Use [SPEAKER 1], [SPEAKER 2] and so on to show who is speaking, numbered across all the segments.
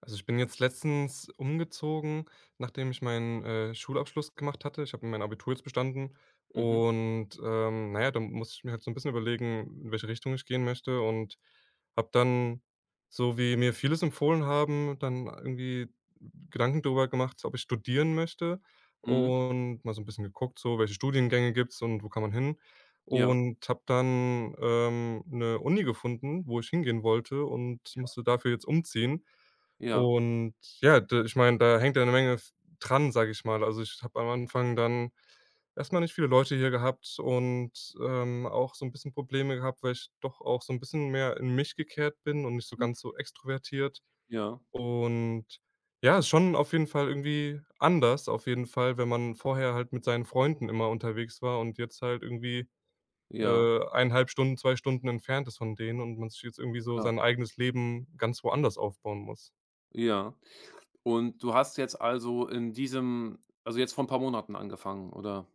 [SPEAKER 1] Also, ich bin jetzt letztens umgezogen, nachdem ich meinen Schulabschluss gemacht hatte. Ich habe mein Abitur jetzt bestanden
[SPEAKER 2] Mhm.
[SPEAKER 1] und, na ja, musste ich mir halt so ein bisschen überlegen, in welche Richtung ich gehen möchte und habe dann, so wie mir viele es empfohlen haben, dann irgendwie Gedanken darüber gemacht, ob ich studieren möchte
[SPEAKER 2] Mhm.
[SPEAKER 1] und mal so ein bisschen geguckt, so welche Studiengänge gibt's und wo kann man hin
[SPEAKER 2] Ja,
[SPEAKER 1] und habe dann, 'ne Uni gefunden, wo ich hingehen wollte und musste dafür jetzt umziehen.
[SPEAKER 2] ja,
[SPEAKER 1] Und ja, d ich meine, da hängt ja eine Menge f dran, sage ich mal. Also, ich habe am Anfang dann erst mal nicht viele Leute hier gehabt und, auch so ein bisschen Probleme gehabt, weil ich doch auch so ein bisschen mehr in mich gekehrt bin und nicht so
[SPEAKER 2] Mhm.
[SPEAKER 1] ganz so extrovertiert.
[SPEAKER 2] ja,
[SPEAKER 1] Und ja, ist schon auf jeden Fall irgendwie anders auf jeden Fall, wenn man vorher halt mit seinen Freunden immer unterwegs war und jetzt halt irgendwie,
[SPEAKER 2] ja,
[SPEAKER 1] 1,5 Stunden, 2 Stunden entfernt ist von denen und man sich jetzt irgendwie so
[SPEAKER 2] klar,
[SPEAKER 1] sein eigenes Leben ganz woanders aufbauen muss.
[SPEAKER 2] ja. Und du hast jetzt also in diesem jetzt vor 'n paar Monaten angefangen, oder?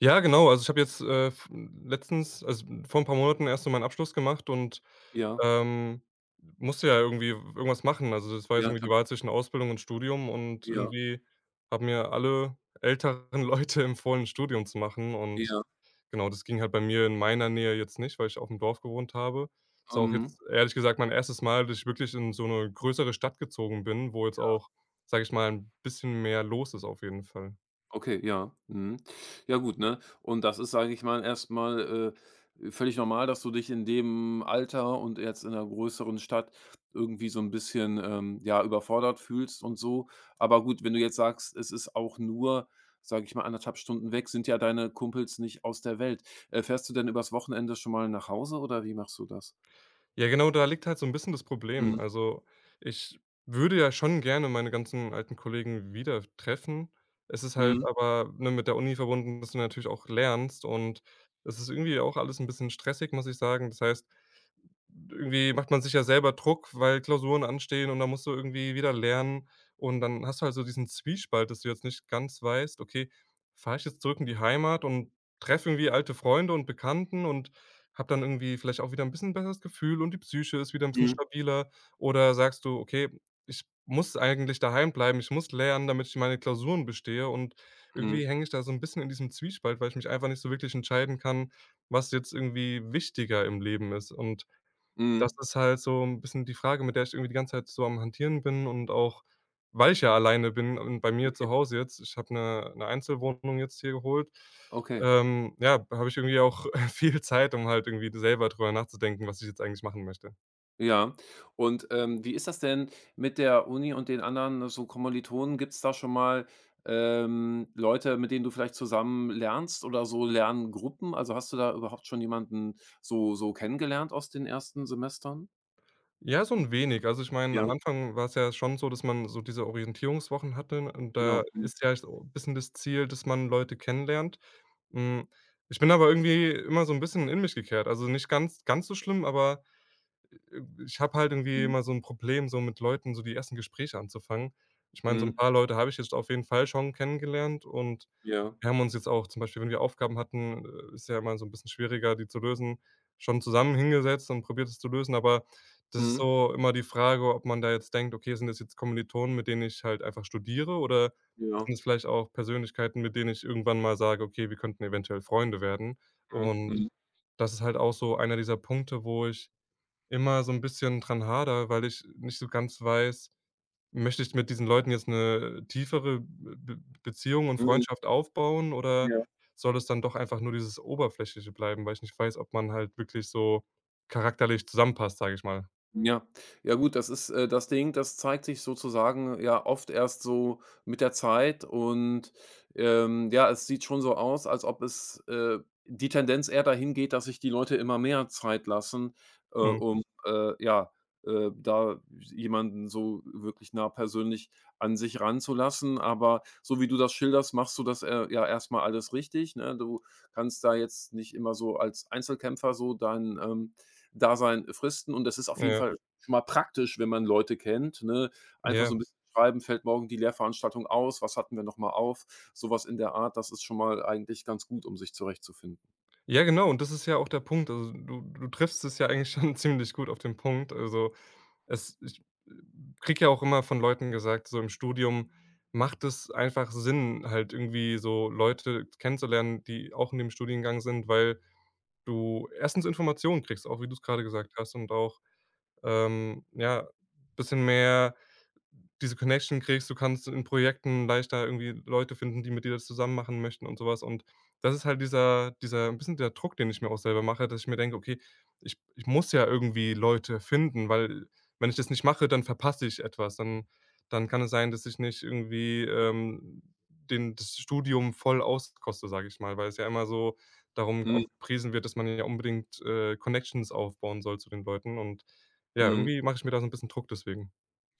[SPEAKER 1] Ja, genau. Also, ich habe jetzt, v letztens, also vor ein paar Monaten, erst so meinen Abschluss gemacht und,
[SPEAKER 2] Ja,
[SPEAKER 1] ähm, musste ja irgendwie irgendwas machen. Also, das war jetzt
[SPEAKER 2] ja,
[SPEAKER 1] irgendwie die
[SPEAKER 2] klar,
[SPEAKER 1] Wahl zwischen Ausbildung und Studium, und
[SPEAKER 2] ja,
[SPEAKER 1] irgendwie haben mir alle älteren Leute empfohlen, 'n Studium zu machen, und
[SPEAKER 2] ja,
[SPEAKER 1] genau, das ging halt bei mir in meiner Nähe jetzt nicht, weil ich aufm Dorf gewohnt habe. Ist auch
[SPEAKER 2] mhm.
[SPEAKER 1] jetzt ehrlich gesagt mein erstes Mal, dass ich wirklich in so eine größere Stadt gezogen bin, wo jetzt auch, sage ich mal, ein bisschen mehr los ist auf jeden Fall.
[SPEAKER 2] Okay, ja. Mhm. Ja gut, ne? Und das ist, sage ich mal, erst mal, völlig normal, dass du dich in dem Alter und jetzt in einer größeren Stadt irgendwie so ein bisschen, ja, überfordert fühlst und so. Aber gut, wenn du jetzt sagst, es ist auch nur, sage ich mal, anderthalb Stunden weg, sind ja deine Kumpels nicht aus der Welt. Fährst du denn übers Wochenende schon mal nach Hause oder wie machst du das?
[SPEAKER 1] Ja, genau, da liegt halt so 'n bisschen das Problem.
[SPEAKER 2] Mhm.
[SPEAKER 1] Also, ich würde ja schon gerne meine ganzen alten Kollegen wieder treffen. Es ist halt
[SPEAKER 2] Mhm.
[SPEAKER 1] aber, ne, mit der Uni verbunden, dass du natürlich auch lernst, und es ist irgendwie auch alles 'n bisschen stressig, muss ich sagen. Das heißt, irgendwie macht man sich ja selber Druck, weil Klausuren anstehen, und dann musst du irgendwie wieder lernen, und dann hast du halt so diesen Zwiespalt, dass du jetzt nicht ganz weißt: „Okay, fahre ich jetzt zurück in die Heimat und treffe irgendwie alte Freunde und Bekannten und habe dann irgendwie vielleicht auch wieder ein bisschen besseres Gefühl, und die Psyche ist wieder ein bisschen
[SPEAKER 2] Mhm.
[SPEAKER 1] stabiler?“ Oder sagst du: „Okay, ich muss eigentlich daheim bleiben, ich muss lernen, damit ich meine Klausuren bestehe“, und
[SPEAKER 2] Mhm.
[SPEAKER 1] irgendwie hänge ich da so ein bisschen in diesem Zwiespalt, weil ich mich einfach nicht so wirklich entscheiden kann, was jetzt irgendwie wichtiger im Leben ist, und das
[SPEAKER 2] Mhm.
[SPEAKER 1] ist halt so 'n bisschen die Frage, mit der ich irgendwie die ganze Zeit so am Hantieren bin. Und auch, weil ich ja alleine bin und bei mir zu Hause jetzt, ich habe 'ne Einzelwohnung jetzt hier geholt,
[SPEAKER 2] Okay.
[SPEAKER 1] ja, habe ich irgendwie auch viel Zeit, um halt irgendwie selber drüber nachzudenken, was ich jetzt eigentlich machen möchte.
[SPEAKER 2] Ja. Und, wie ist das denn mit der Uni und den anderen so Kommilitonen? Gibt's da schon mal, Leute, mit denen du vielleicht zusammen lernst oder so Lerngruppen? Also, hast du da überhaupt schon jemanden so kennengelernt aus den ersten Semestern?
[SPEAKER 1] Ja, so 'n wenig. Also, ich meine,
[SPEAKER 2] Ja,
[SPEAKER 1] am Anfang war's ja schon so, dass man so diese Orientierungswochen hatte, und
[SPEAKER 2] genau.
[SPEAKER 1] da
[SPEAKER 2] Mhm,
[SPEAKER 1] ist ja so bisschen das Ziel, dass man Leute kennenlernt. Hm, ich bin aber irgendwie immer so 'n bisschen in mich gekehrt. Also, nicht ganz ganz so schlimm, aber ich habe halt irgendwie
[SPEAKER 2] mhm.
[SPEAKER 1] immer so 'n Problem, so mit Leuten so die ersten Gespräche anzufangen. Ich meine, so 'n
[SPEAKER 2] Mhm.
[SPEAKER 1] paar Leute habe ich jetzt auf jeden Fall schon kennengelernt, und
[SPEAKER 2] Ja.
[SPEAKER 1] wir haben uns jetzt auch zum Beispiel, wenn wir Aufgaben hatten, ist ja immer so 'n bisschen schwieriger, die zu lösen, schon zusammen hingesetzt und probiert es zu lösen, aber das ist
[SPEAKER 2] Mhm.
[SPEAKER 1] so immer die Frage, ob man da jetzt denkt: „Okay, sind das jetzt Kommilitonen, mit denen ich halt einfach studiere, oder
[SPEAKER 2] Ja.
[SPEAKER 1] sind es vielleicht auch Persönlichkeiten, mit denen ich irgendwann mal sage: 'Okay, wir könnten eventuell Freunde werden'?“
[SPEAKER 2] Mhm.
[SPEAKER 1] Und
[SPEAKER 2] Mhm.
[SPEAKER 1] das ist halt auch so einer dieser Punkte, wo ich immer so 'n bisschen dran hadere, weil ich nicht so ganz weiß, möchte ich mit diesen Leuten jetzt 'ne tiefere Be Beziehung und
[SPEAKER 2] Mhm.
[SPEAKER 1] Freundschaft aufbauen, oder
[SPEAKER 2] Ja.
[SPEAKER 1] soll es dann doch einfach nur dieses Oberflächliche bleiben, weil ich nicht weiß, ob man halt wirklich so charakterlich zusammenpasst, sage ich mal.
[SPEAKER 2] Ja. Ja gut, das ist, das Ding, das zeigt sich sozusagen ja oft erst so mit der Zeit und, ja, es sieht schon so aus, als ob es, die Tendenz eher dahin geht, dass sich die Leute immer mehr Zeit lassen,
[SPEAKER 1] Mhm.
[SPEAKER 2] Mhm. Ja, da jemanden so wirklich nah persönlich an sich ranzulassen. Aber so wie du das schilderst, machst du das, ja erstmal alles richtig, ne? Du kannst da jetzt nicht immer so als Einzelkämpfer so dein, Dasein fristen, und das ist auf jeden
[SPEAKER 1] Ja,
[SPEAKER 2] Fall schon mal praktisch, wenn man Leute kennt, ne? Einfach so
[SPEAKER 1] ja.
[SPEAKER 2] ein bisschen schreiben: „Fällt morgen die Lehrveranstaltung aus? Was hatten wir noch mal auf?“ Sowas in der Art, das ist schon mal eigentlich ganz gut, um sich zurechtzufinden.
[SPEAKER 1] Ja, genau, und das ist ja auch der Punkt. Also, du triffst es ja eigentlich schon ziemlich gut auf den Punkt. Also, es ich, äh, ja auch immer von Leuten gesagt, so im Studium macht es einfach Sinn, halt irgendwie so Leute kennenzulernen, die auch in dem Studiengang sind, weil du erstens Informationen kriegst, auch wie du es gerade gesagt hast, und auch, ja, bisschen mehr diese Connection kriegst. Du kannst in Projekten leichter irgendwie Leute finden, die mit dir das zusammen machen möchten und sowas. Und das ist halt dieser ein bisschen der Druck, den ich mir auch selber mache, dass ich mir denke: „Okay, ich muss ja irgendwie Leute finden, weil wenn ich das nicht mache, dann verpasse ich etwas. Dann kann es sein, dass ich nicht irgendwie, den das Studium voll auskoste“, sage ich mal, weil es ja immer so darum
[SPEAKER 2] Mhm,
[SPEAKER 1] auch gepriesen wird, dass man ja unbedingt, Connections aufbauen soll zu den Leuten. Und ja,
[SPEAKER 2] mhm.
[SPEAKER 1] irgendwie mache ich mir da so ein bisschen Druck deswegen.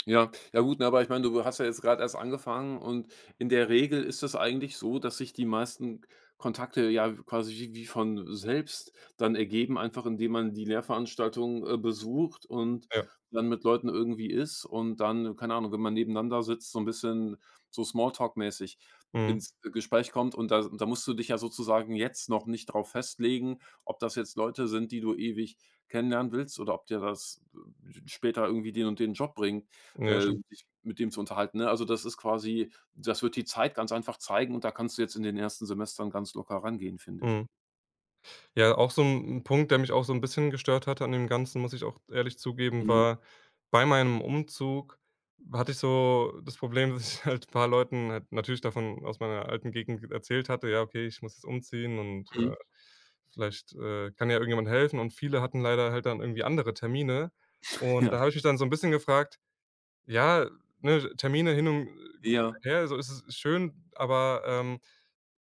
[SPEAKER 2] Ja, ja gut, ne, aber ich meine, du hast ja jetzt gerade erst angefangen, und in der Regel ist es eigentlich so, dass sich die meisten Kontakte ja quasi wie von selbst dann ergeben, einfach indem man die Lehrveranstaltung, besucht und
[SPEAKER 1] Ja,
[SPEAKER 2] dann mit Leuten irgendwie ist und dann, keine Ahnung, wenn man nebeneinander sitzt, so ein bisschen so Smalltalk-mäßig
[SPEAKER 1] mhm.
[SPEAKER 2] ins Gespräch kommt, und da musst du dich ja sozusagen jetzt noch nicht drauf festlegen, ob das jetzt Leute sind, die du ewig kennenlernen willst, oder ob dir das später irgendwie den und den Job bringt
[SPEAKER 1] Ja, stimmt.
[SPEAKER 2] sich mit dem zu unterhalten, ne? Also, das ist quasi das wird die Zeit ganz einfach zeigen, und da kannst du jetzt in den ersten Semestern ganz locker rangehen, finde ich.
[SPEAKER 1] Mhm. Ja, auch so 'n Punkt, der mich auch so 'n bisschen gestört hatte an dem Ganzen, muss ich auch ehrlich zugeben,
[SPEAKER 2] Mhm,
[SPEAKER 1] war: bei meinem Umzug hatte ich so das Problem, dass ich halt paar Leuten halt natürlich davon aus meiner alten Gegend erzählt hatte: „Ja, okay, ich muss jetzt umziehen, und,
[SPEAKER 2] mhm.
[SPEAKER 1] vielleicht, kann ja irgendjemand helfen.“ Und viele hatten leider halt dann irgendwie andere Termine. Und da habe ich mich dann so 'n bisschen gefragt. Ja, ne, Termine hin und
[SPEAKER 2] Ja,
[SPEAKER 1] her, so, ist es schön, aber,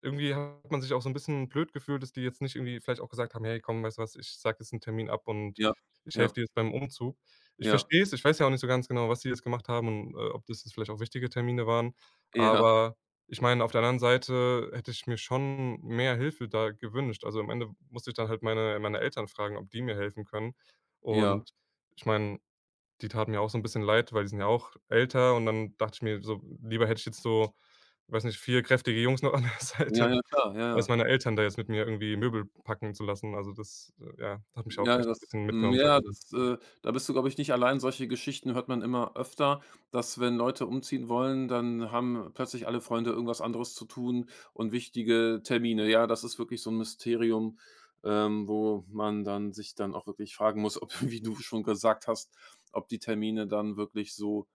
[SPEAKER 1] irgendwie hat man sich auch so ein bisschen blöd gefühlt, dass die jetzt nicht irgendwie vielleicht auch gesagt haben: „Hey, komm, weißt du was, ich sag jetzt einen Termin ab, und
[SPEAKER 2] ja,
[SPEAKER 1] ich helfe
[SPEAKER 2] ja,
[SPEAKER 1] dir jetzt beim Umzug.“ Ich
[SPEAKER 2] ja, ja,
[SPEAKER 1] verstehe es, ich weiß ja auch nicht so ganz genau, was die jetzt gemacht haben, und, ob das jetzt vielleicht auch wichtige Termine waren.
[SPEAKER 2] ja, ja,
[SPEAKER 1] Aber ich meine, auf der anderen Seite hätte ich mir schon mehr Hilfe da gewünscht. Also, am Ende musste ich dann halt meine Eltern fragen, ob die mir helfen können. Und
[SPEAKER 2] ja,
[SPEAKER 1] ich meine, die taten mir auch so 'n bisschen leid, weil die sind ja auch älter, und dann dachte ich mir so: „Lieber hätte ich jetzt so, weiß nicht, 4 kräftige Jungs noch an der
[SPEAKER 2] ja,
[SPEAKER 1] Seite,
[SPEAKER 2] ja, klar, ja,
[SPEAKER 1] als
[SPEAKER 2] ja.
[SPEAKER 1] meine Eltern da jetzt mit mir irgendwie Möbel packen zu lassen.“ Also, das, ja, hat mich auch
[SPEAKER 2] Ja,
[SPEAKER 1] echt 'n
[SPEAKER 2] das
[SPEAKER 1] bisschen
[SPEAKER 2] hm,
[SPEAKER 1] mitgenommen, sage
[SPEAKER 2] ja,
[SPEAKER 1] ich dir.
[SPEAKER 2] das, da bist du, glaube ich, nicht allein. Solche Geschichten hört man immer öfter, dass wenn Leute umziehen wollen, dann haben plötzlich alle Freunde irgendwas anderes zu tun und wichtige Termine. Ja, das ist wirklich so ein Mysterium, wo man dann sich dann auch wirklich fragen muss, ob wie du schon gesagt hast, ob die Termine dann wirklich so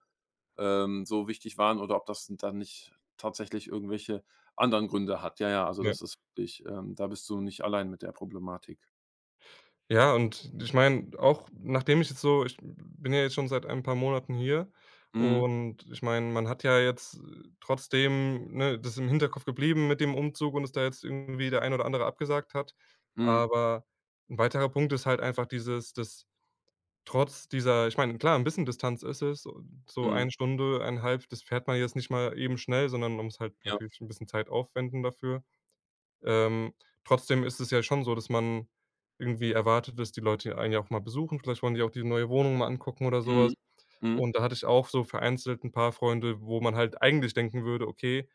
[SPEAKER 2] so wichtig waren oder ob das dann nicht tatsächlich irgendwelche anderen Gründe hat. Ja, ja, also
[SPEAKER 1] Ja.
[SPEAKER 2] das ist wirklich da bist du nicht allein mit der Problematik.
[SPEAKER 1] Ja, und ich meine, auch nachdem ich jetzt so, ich bin ja jetzt schon seit ein paar Monaten hier,
[SPEAKER 2] Mhm,
[SPEAKER 1] und ich meine, man hat ja jetzt trotzdem, ne, das ist im Hinterkopf geblieben mit dem Umzug und dass da jetzt irgendwie der ein oder andere abgesagt hat.
[SPEAKER 2] mhm.
[SPEAKER 1] Aber 'n weiterer Punkt ist halt einfach dieses, dass trotz dieser, ich meine, klar, ein bisschen Distanz ist es, so so
[SPEAKER 2] Mhm.
[SPEAKER 1] 1 Stunde, 1,5, das fährt man jetzt nicht mal eben schnell, sondern man muss halt
[SPEAKER 2] Ja.
[SPEAKER 1] natürlich ein bisschen Zeit aufwenden dafür. Ähm, trotzdem ist es ja schon so, dass man irgendwie erwartet, dass die Leute einen ja auch mal besuchen. Vielleicht wollen die auch die neue Wohnung mal angucken oder sowas.
[SPEAKER 2] Mhm. Mhm.
[SPEAKER 1] Und da hatte ich auch so vereinzelt ein paar Freunde, wo man halt eigentlich denken würde: „Okay,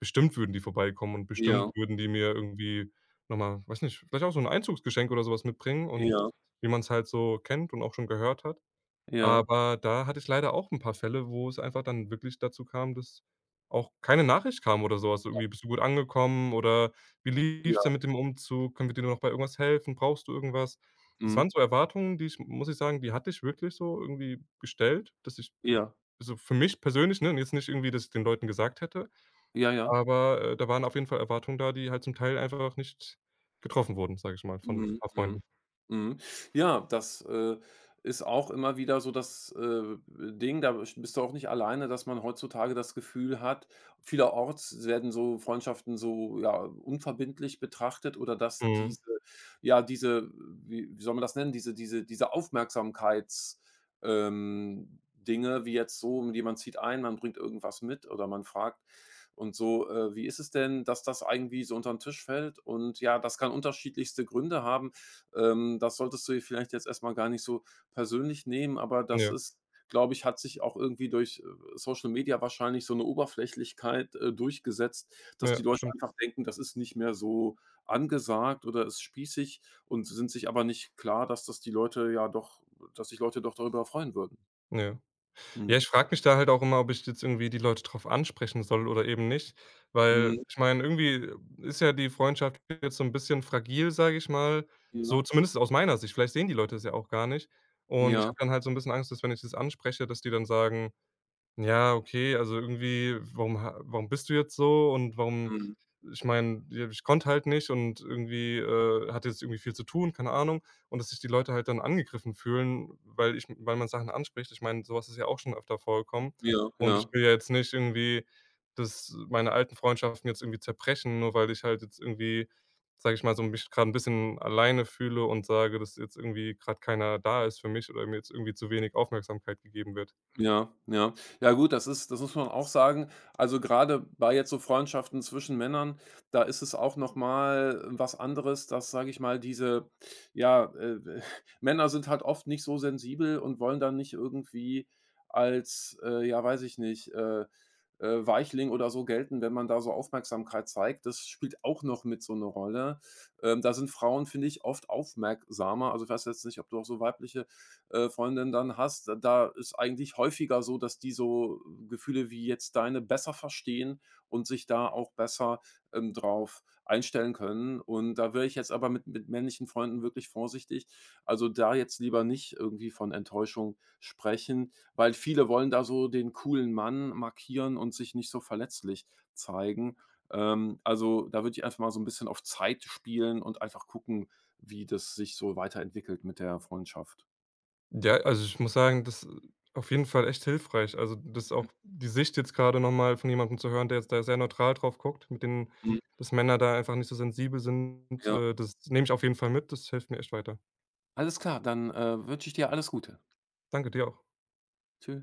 [SPEAKER 1] bestimmt würden die vorbeikommen und bestimmt
[SPEAKER 2] Ja,
[SPEAKER 1] würden die mir irgendwie noch mal, weiß nicht, vielleicht auch so ein Einzugsgeschenk oder sowas mitbringen“, und
[SPEAKER 2] ja,
[SPEAKER 1] wie man es halt so kennt und auch schon gehört hat.
[SPEAKER 2] ja,
[SPEAKER 1] Aber da hatte ich leider auch ein paar Fälle, wo es einfach dann wirklich dazu kam, dass auch keine Nachricht kam oder so was, irgendwie: „Bist du gut angekommen?“ oder „Wie lief's
[SPEAKER 2] ja.
[SPEAKER 1] denn mit dem Umzug? Können wir dir noch bei irgendwas helfen? Brauchst du irgendwas?“ Das
[SPEAKER 2] Mhm.
[SPEAKER 1] waren so Erwartungen, die, ich muss ich sagen, die hatte ich wirklich so irgendwie gestellt, dass ich,
[SPEAKER 2] Ja.
[SPEAKER 1] also für mich persönlich, ne, jetzt nicht irgendwie, dass ich den Leuten gesagt hätte,
[SPEAKER 2] Ja, ja.
[SPEAKER 1] aber, da waren auf jeden Fall Erwartungen da, die halt zum Teil einfach nicht getroffen wurden, sage ich mal, von
[SPEAKER 2] Mhm.
[SPEAKER 1] paar
[SPEAKER 2] Mhm.
[SPEAKER 1] Freunden.
[SPEAKER 2] Mhm. Ja, das, ist auch immer wieder so das, Ding, da bist du auch nicht alleine, dass man heutzutage das Gefühl hat, vielerorts werden so Freundschaften so, ja, unverbindlich betrachtet, oder dass
[SPEAKER 1] Mhm.
[SPEAKER 2] diese ja, diese wie soll man das nennen, diese Aufmerksamkeits Dinge, wie jetzt so, jemand zieht ein, man bringt irgendwas mit oder man fragt und so, wie ist es denn, dass das irgendwie so unter den Tisch fällt? Und ja, das kann unterschiedlichste Gründe haben. Das solltest du vielleicht jetzt erstmal gar nicht so persönlich nehmen, aber das
[SPEAKER 1] Ja,
[SPEAKER 2] ist glaube ich, hat sich auch irgendwie durch, Social Media wahrscheinlich so eine Oberflächlichkeit, durchgesetzt, dass die
[SPEAKER 1] ja,
[SPEAKER 2] Leute
[SPEAKER 1] stimmt.
[SPEAKER 2] einfach denken, das ist nicht mehr so angesagt oder ist spießig und sind sich aber nicht klar, dass das die Leute ja doch dass sich Leute doch darüber freuen würden.
[SPEAKER 1] Ja.
[SPEAKER 2] Mhm.
[SPEAKER 1] Ja, ich frage mich da halt auch immer, ob ich jetzt irgendwie die Leute drauf ansprechen soll oder eben nicht, weil
[SPEAKER 2] Mhm.
[SPEAKER 1] ich meine, irgendwie ist ja die Freundschaft jetzt so 'n bisschen fragil, sage ich mal,
[SPEAKER 2] Ja.
[SPEAKER 1] so zumindest aus meiner Sicht. Vielleicht sehen die Leute es ja auch gar nicht. Und ich
[SPEAKER 2] Ja.
[SPEAKER 1] habe dann halt so 'n bisschen Angst, dass, wenn ich das anspreche, dass die dann sagen: ja, okay, also irgendwie, warum ha warum bist du jetzt so, und warum,
[SPEAKER 2] Mhm.
[SPEAKER 1] ich meine, ja, ich konnte halt nicht und irgendwie, hatte jetzt irgendwie viel zu tun, keine Ahnung. Und dass sich die Leute halt dann angegriffen fühlen, weil man Sachen anspricht. Ich meine, sowas ist ja auch schon öfter vorgekommen.
[SPEAKER 2] Ja,
[SPEAKER 1] Und ich
[SPEAKER 2] ja.
[SPEAKER 1] will ja jetzt nicht irgendwie, dass meine alten Freundschaften jetzt irgendwie zerbrechen, nur weil ich halt jetzt irgendwie, sage ich mal, so mich gerade ein bisschen alleine fühle und sage, dass jetzt irgendwie gerade keiner da ist für mich oder mir jetzt irgendwie zu wenig Aufmerksamkeit gegeben wird.
[SPEAKER 2] Ja, ja. Ja gut, das ist das muss man auch sagen. Also, gerade bei jetzt so Freundschaften zwischen Männern, da ist es auch noch mal was anderes, dass, sage ich mal, diese ja, Männer sind halt oft nicht so sensibel und wollen dann nicht irgendwie als, ja, weiß ich nicht, Weichling oder so gelten, wenn man da so Aufmerksamkeit zeigt. Das spielt auch noch mit so eine Rolle. Da sind Frauen, finde ich, oft aufmerksamer. Also, ich weiß jetzt nicht, ob du auch so weibliche Freundin dann hast, da ist eigentlich häufiger so, dass die so Gefühle wie jetzt deine besser verstehen und sich da auch besser, drauf einstellen können. Und da wäre ich jetzt aber mit männlichen Freunden wirklich vorsichtig. Also, da jetzt lieber nicht irgendwie von Enttäuschung sprechen, weil viele wollen da so den coolen Mann markieren und sich nicht so verletzlich zeigen. Also, da würde ich einfach mal so ein bisschen auf Zeit spielen und einfach gucken, wie das sich so weiterentwickelt mit der Freundschaft.
[SPEAKER 1] Ja, also ich muss sagen, das ist auf jeden Fall echt hilfreich. Also, das auch die Sicht jetzt gerade noch mal von jemandem zu hören, der jetzt da sehr neutral drauf guckt, mit den dass Männer da einfach nicht so sensibel sind,
[SPEAKER 2] Ja,
[SPEAKER 1] das nehme ich auf jeden Fall mit. Das hilft mir echt weiter.
[SPEAKER 2] alles klar, dann, wünsche ich dir alles Gute.
[SPEAKER 1] Danke, dir auch.
[SPEAKER 2] Tschüss.